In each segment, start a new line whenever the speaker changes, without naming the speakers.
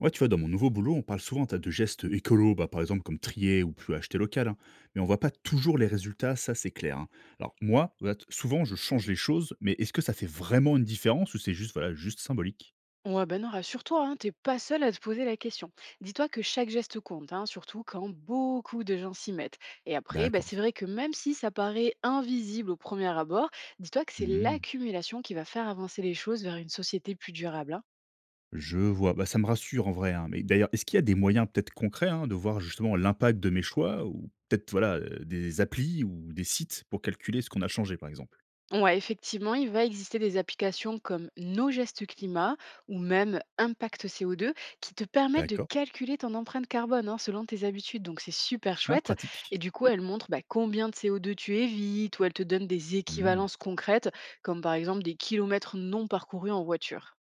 Ouais, tu vois, dans mon nouveau boulot, on parle souvent de gestes écolos, bah, par exemple comme trier ou plus acheter local, hein. Mais on voit pas toujours les résultats, ça c'est clair, hein. Alors moi, voilà, souvent je change les choses, mais est-ce que ça fait vraiment une différence ou c'est juste voilà juste symbolique?
Ouais, ben non, rassure-toi, hein, t'es pas seul à te poser la question. Dis-toi que chaque geste compte, hein, surtout quand beaucoup de gens s'y mettent. Et après, bah, c'est
D'accord.
vrai que même si ça paraît invisible au premier abord, dis-toi que c'est
Mhm.
l'accumulation qui va faire avancer les choses vers une société plus durable. Hein.
Je vois, bah, ça me rassure en vrai, hein. Mais d'ailleurs, est-ce qu'il y a des moyens peut-être concrets hein, de voir justement l'impact de mes choix ou peut-être voilà des applis ou des sites pour calculer ce qu'on a changé par exemple?
Ouais, effectivement, il va exister des applications comme Nos gestes climat ou même Impact CO2 qui te permettent de
D'accord.
calculer ton empreinte carbone hein, selon tes habitudes. Donc c'est super
Ah,
chouette. Et
pratique.
du coup, elles montrent bah, combien de CO2 tu évites ou elles te donnent des
Mmh.
équivalences concrètes comme par exemple des kilomètres non parcourus en voiture.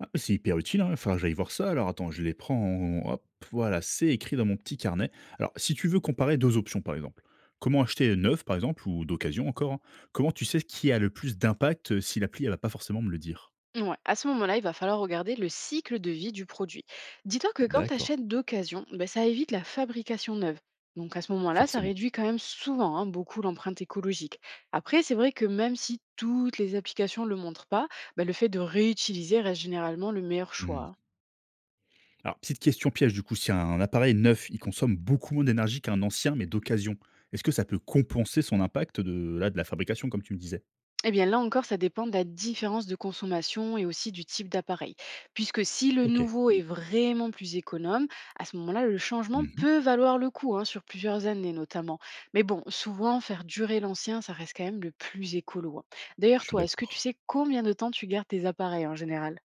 Ah, c'est hyper utile, hein, faudra que j'aille voir ça. Alors attends, je les prends, hop, voilà, c'est écrit dans mon petit carnet. Alors, si tu veux comparer deux options, par exemple, comment acheter neuf, par exemple, ou d'occasion encore, hein, comment tu sais qui a le plus d'impact si l'appli, elle va pas forcément me le dire?
Ouais, à ce moment-là, il va falloir regarder le cycle de vie du produit. Dis-toi que quand tu
D'accord.
achètes d'occasion, ben, ça évite la fabrication neuve. Donc à ce moment-là, ça
Forcément.
réduit quand même souvent hein, beaucoup l'empreinte écologique. Après, c'est vrai que même si toutes les applications ne le montrent pas, ben, le fait de réutiliser reste généralement le meilleur choix.
Hmm.
Hein.
Alors, petite question piège, du coup, si un appareil neuf, il consomme beaucoup moins d'énergie qu'un ancien, mais d'occasion, est-ce que ça peut compenser son impact de, là, de la fabrication, comme tu me disais?
Eh bien là encore, ça dépend de la différence de consommation et aussi du type d'appareil. Puisque si le
Ok.
nouveau est vraiment plus économe, à ce moment-là, le changement
Mhm.
peut valoir le coup, hein, sur plusieurs années notamment. Mais bon, souvent, faire durer l'ancien, ça reste quand même le plus écolo. Hein.
Je
D'ailleurs,
suis
toi, est-ce que tu
d'accord.
sais combien de temps tu gardes tes appareils en général?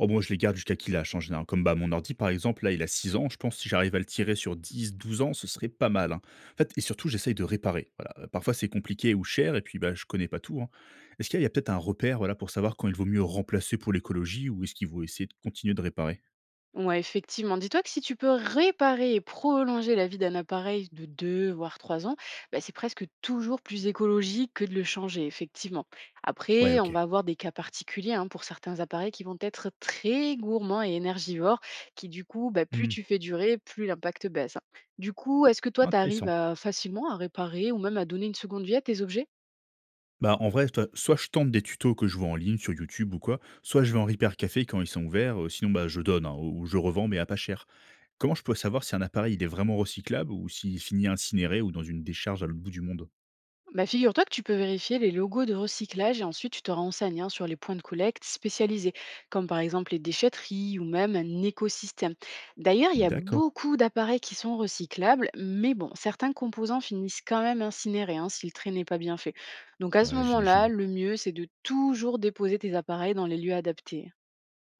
Oh moi, je les garde jusqu'à qu'il lâche en général. Comme, bah, mon ordi par exemple, là, il a 6 ans, je pense que si j'arrive à le tirer sur 10 12 ans, ce serait pas mal, hein. En fait et surtout j'essaye de réparer, voilà, parfois c'est compliqué ou cher et puis, bah, je connais pas tout, hein. Est-ce qu'il y a peut-être un repère, voilà, pour savoir quand il vaut mieux remplacer pour l'écologie ou est-ce qu'il vaut essayer de continuer de réparer?
Ouais, effectivement. Dis-toi que si tu peux réparer et prolonger la vie d'un appareil de 2 voire 3 ans, bah, c'est presque toujours plus écologique que de le changer, effectivement.
Ouais,
Après, on
OK.
va avoir des cas particuliers hein, pour certains appareils qui vont être très gourmands et énergivores, qui du coup, bah, plus
Mmh.
tu fais durer, plus l'impact baisse. Hein. Du coup, est-ce que toi, tu
Intéressant.
arrives facilement à réparer ou même à donner une seconde vie à tes objets?
Bah, en vrai, toi, soit je tente des tutos que je vois en ligne sur YouTube ou quoi, soit je vais en Repair Café quand ils sont ouverts, sinon bah, je donne hein, ou je revends mais à pas cher. Comment je peux savoir si un appareil il est vraiment recyclable ou s'il finit incinéré ou dans une décharge à l'autre bout du monde?
Bah, figure-toi que tu peux vérifier les logos de recyclage et ensuite tu te renseignes hein, sur les points de collecte spécialisés, comme par exemple les déchetteries ou même un écosystème. D'ailleurs, il y a
D'accord,
beaucoup d'appareils qui sont recyclables, mais bon, certains composants finissent quand même incinérés hein, si le trait n'est pas bien fait. Donc à ce
ouais,
moment-là,
j'imagine.
le mieux, c'est de toujours déposer tes appareils dans les lieux adaptés. Hein.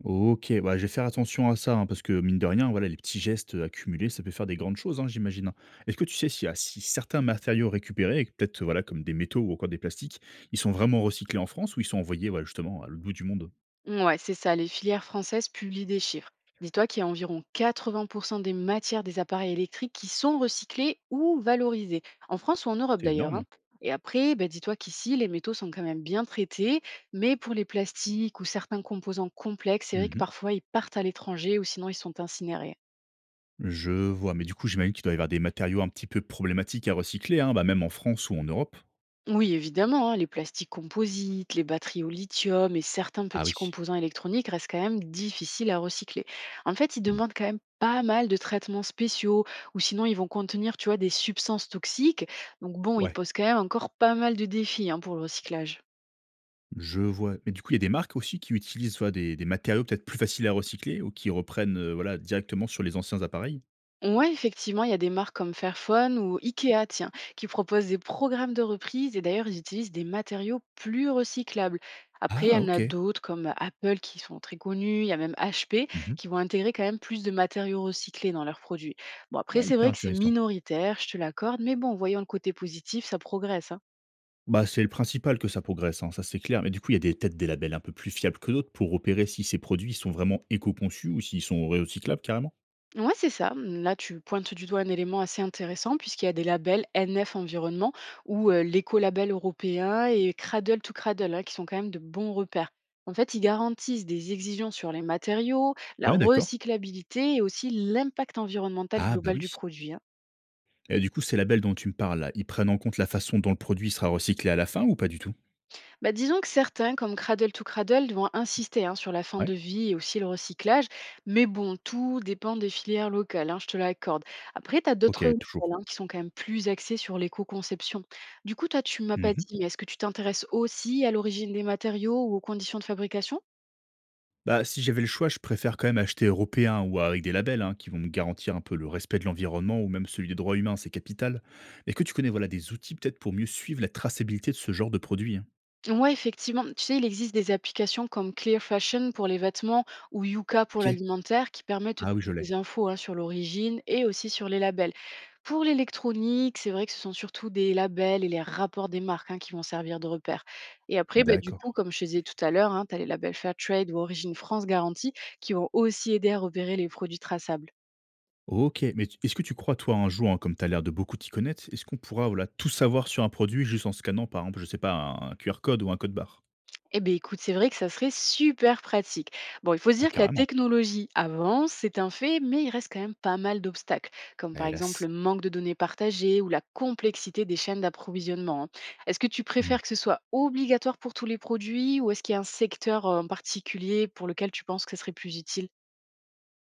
Ok, bah, je vais faire attention à ça, hein, parce que mine de rien, voilà, les petits gestes accumulés, ça peut faire des grandes choses, hein, j'imagine. Est-ce que tu sais si certains matériaux récupérés, et que peut-être voilà, comme des métaux ou encore des plastiques, ils sont vraiment recyclés en France ou ils sont envoyés voilà, justement à l'autre bout du monde?
Ouais, c'est ça. Les filières françaises publient des chiffres. Dis-toi qu'il y a environ 80% des matières des appareils électriques qui sont recyclées ou valorisées, en France ou en Europe
C'est
d'ailleurs. Hein.
énorme.
Et après, bah, dis-toi qu'ici, les métaux sont quand même bien traités, mais pour les plastiques ou certains composants complexes, c'est vrai que parfois ils partent à l'étranger ou sinon ils sont incinérés.
Je vois, mais du coup, j'imagine qu'il doit y avoir des matériaux un petit peu problématiques à recycler, hein, bah, même en France ou en Europe?
Oui, évidemment, hein, les plastiques composites, les batteries au lithium et certains
Ah
petits
oui.
composants électroniques restent quand même difficiles à recycler. En fait, ils
Mmh.
demandent quand même pas mal de traitements spéciaux ou sinon ils vont contenir, tu vois, des substances toxiques. Donc bon, ils
Ouais,
posent quand même encore pas mal de défis hein, pour le recyclage.
je vois. Mais du coup, il y a des marques aussi qui utilisent, voilà, des matériaux peut-être plus faciles à recycler ou qui reprennent, voilà, directement sur les anciens appareils?
Ouais, effectivement, il y a des marques comme Fairphone ou Ikea, tiens, qui proposent des programmes de reprise et d'ailleurs, ils utilisent des matériaux plus recyclables. Après, il y
Ah
en
OK.
a d'autres comme Apple qui sont très connus, il y a même HP
Mmh.
qui vont intégrer quand même plus de matériaux recyclés dans leurs produits. Bon, après,
Ah,
c'est
hyper
vrai que c'est
intéressant.
minoritaire, je te l'accorde, mais bon, voyons le côté positif, ça progresse. Hein.
Bah, c'est le principal que ça progresse, hein, ça c'est clair. Mais du coup, il y a des peut-être des labels un peu plus fiables que d'autres pour repérer si ces produits sont vraiment éco-conçus ou s'ils sont recyclables carrément?
Ouais, c'est ça. Mmh, là, tu pointes du doigt un élément assez intéressant puisqu'il y a des labels NF Environnement ou l'écolabel européen et Cradle to Cradle hein, qui sont quand même de bons repères. En fait, ils garantissent des exigences sur les matériaux, la
Ouais, d'accord.
recyclabilité et aussi l'impact environnemental
Ah bah
global du
oui.
produit. Hein.
Et du coup, ces labels dont tu me parles là, ils prennent en compte la façon dont le produit sera recyclé à la fin ou pas du tout?
Bah, disons que certains, comme Cradle to Cradle, vont insister hein, sur la fin
Ouais.
de vie et aussi le recyclage. Mais bon, tout dépend des filières locales, hein, je te l'accorde. Après, tu as
OK,
d'autres
toujours.
modèles, hein, qui sont quand même plus axés sur l'éco-conception. Du coup, toi, tu m'as pas
Mmh.
dit, mais est-ce que tu t'intéresses aussi à l'origine des matériaux ou aux conditions de fabrication?
Bah, si j'avais le choix, je préfère quand même acheter européen ou avec des labels, hein, qui vont me garantir un peu le respect de l'environnement ou même celui des droits humains, c'est capital. Est-ce que tu connais, voilà, des outils peut-être pour mieux suivre la traçabilité de ce genre de produit, hein?
Ouais, effectivement. Tu sais, il existe des applications comme Clear Fashion pour les vêtements ou Yuka pour
OK.
l'alimentaire qui permettent de
Ah oui, je l'ai.
donner des infos hein, sur l'origine et aussi sur les labels. Pour l'électronique, c'est vrai que ce sont surtout des labels et les rapports des marques hein, qui vont servir de repères. Et après, bah, du
D'accord.
coup, comme je te disais tout à l'heure, hein, tu as les labels Fairtrade ou Origine France Garantie qui vont aussi aider à repérer les produits traçables.
OK, mais tu est-ce que tu crois, toi, un jour, hein, comme tu as l'air de beaucoup t'y connaître, est-ce qu'on pourra, voilà, tout savoir sur un produit juste en scannant, par exemple, je sais pas, un QR code ou un code barre?
Eh bien, écoute, c'est vrai que ça serait super pratique. Bon, il faut se
Ah
dire que la
carrément.
technologie avance, c'est un fait, mais il reste quand même pas mal d'obstacles, comme
Ah
par exemple
hélas.
le manque de données partagées ou la complexité des chaînes d'approvisionnement. Hein. Est-ce que tu préfères que ce soit obligatoire pour tous les produits ou est-ce qu'il y a un secteur en particulier pour lequel tu penses que ce serait plus utile?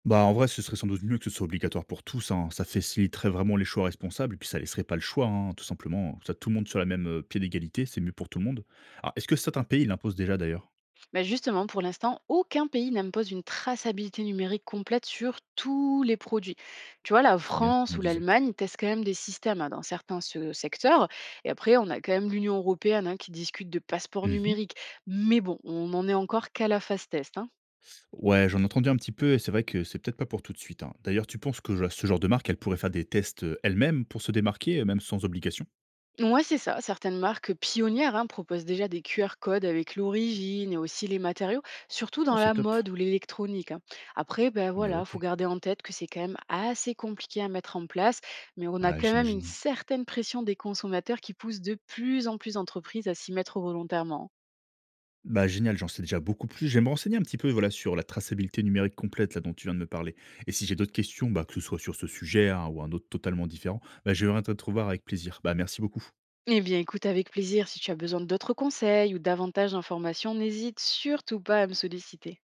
Bah, en vrai, ce serait sans doute mieux que ce soit obligatoire pour tous, hein. Ça faciliterait vraiment les choix responsables et puis ça laisserait pas le choix, hein, tout simplement. Ça, tout le monde sur la même pied d'égalité, c'est mieux pour tout le monde. Alors, est-ce que certains pays l'imposent déjà d'ailleurs?
Bah, justement, pour l'instant, aucun pays n'impose une traçabilité numérique complète sur tous les produits. Tu vois, la
C'est bien ce que je
France
me
ou
disais.
l'Allemagne testent quand même des systèmes hein, dans certains secteurs. Et après, on a quand même l'Union européenne hein, qui discute de passeport
Mhm.
numérique. Mais bon, on n'en est encore qu'à la phase test. Hein.
Ouais, j'en ai entendu un petit peu et c'est vrai que c'est peut-être pas pour tout de suite, hein. D'ailleurs, tu penses que ce genre de marque, elle pourrait faire des tests elle-même pour se démarquer, même sans obligation?
Ouais, c'est ça. Certaines marques pionnières hein, proposent déjà des QR codes avec l'origine et aussi les matériaux, surtout
Ah,
dans
c'est
la
top.
mode ou l'électronique. Hein. Après, ben voilà,
Ok.
faut garder en tête que c'est quand même assez compliqué à mettre en place, mais on a
Ah,
quand même une
j'imagine.
certaine pression des consommateurs qui pousse de plus en plus d'entreprises à s'y mettre volontairement.
Bah, génial, j'en sais déjà beaucoup plus. Je vais me renseigner un petit peu voilà, sur la traçabilité numérique complète là, dont tu viens de me parler. Et si j'ai d'autres questions, bah, que ce soit sur ce sujet hein, ou un autre totalement différent, bah, je vais te retrouver avec plaisir. Bah, merci beaucoup.
Eh bien, écoute avec plaisir. Si tu as besoin d'autres conseils ou davantage d'informations, n'hésite surtout pas à me solliciter.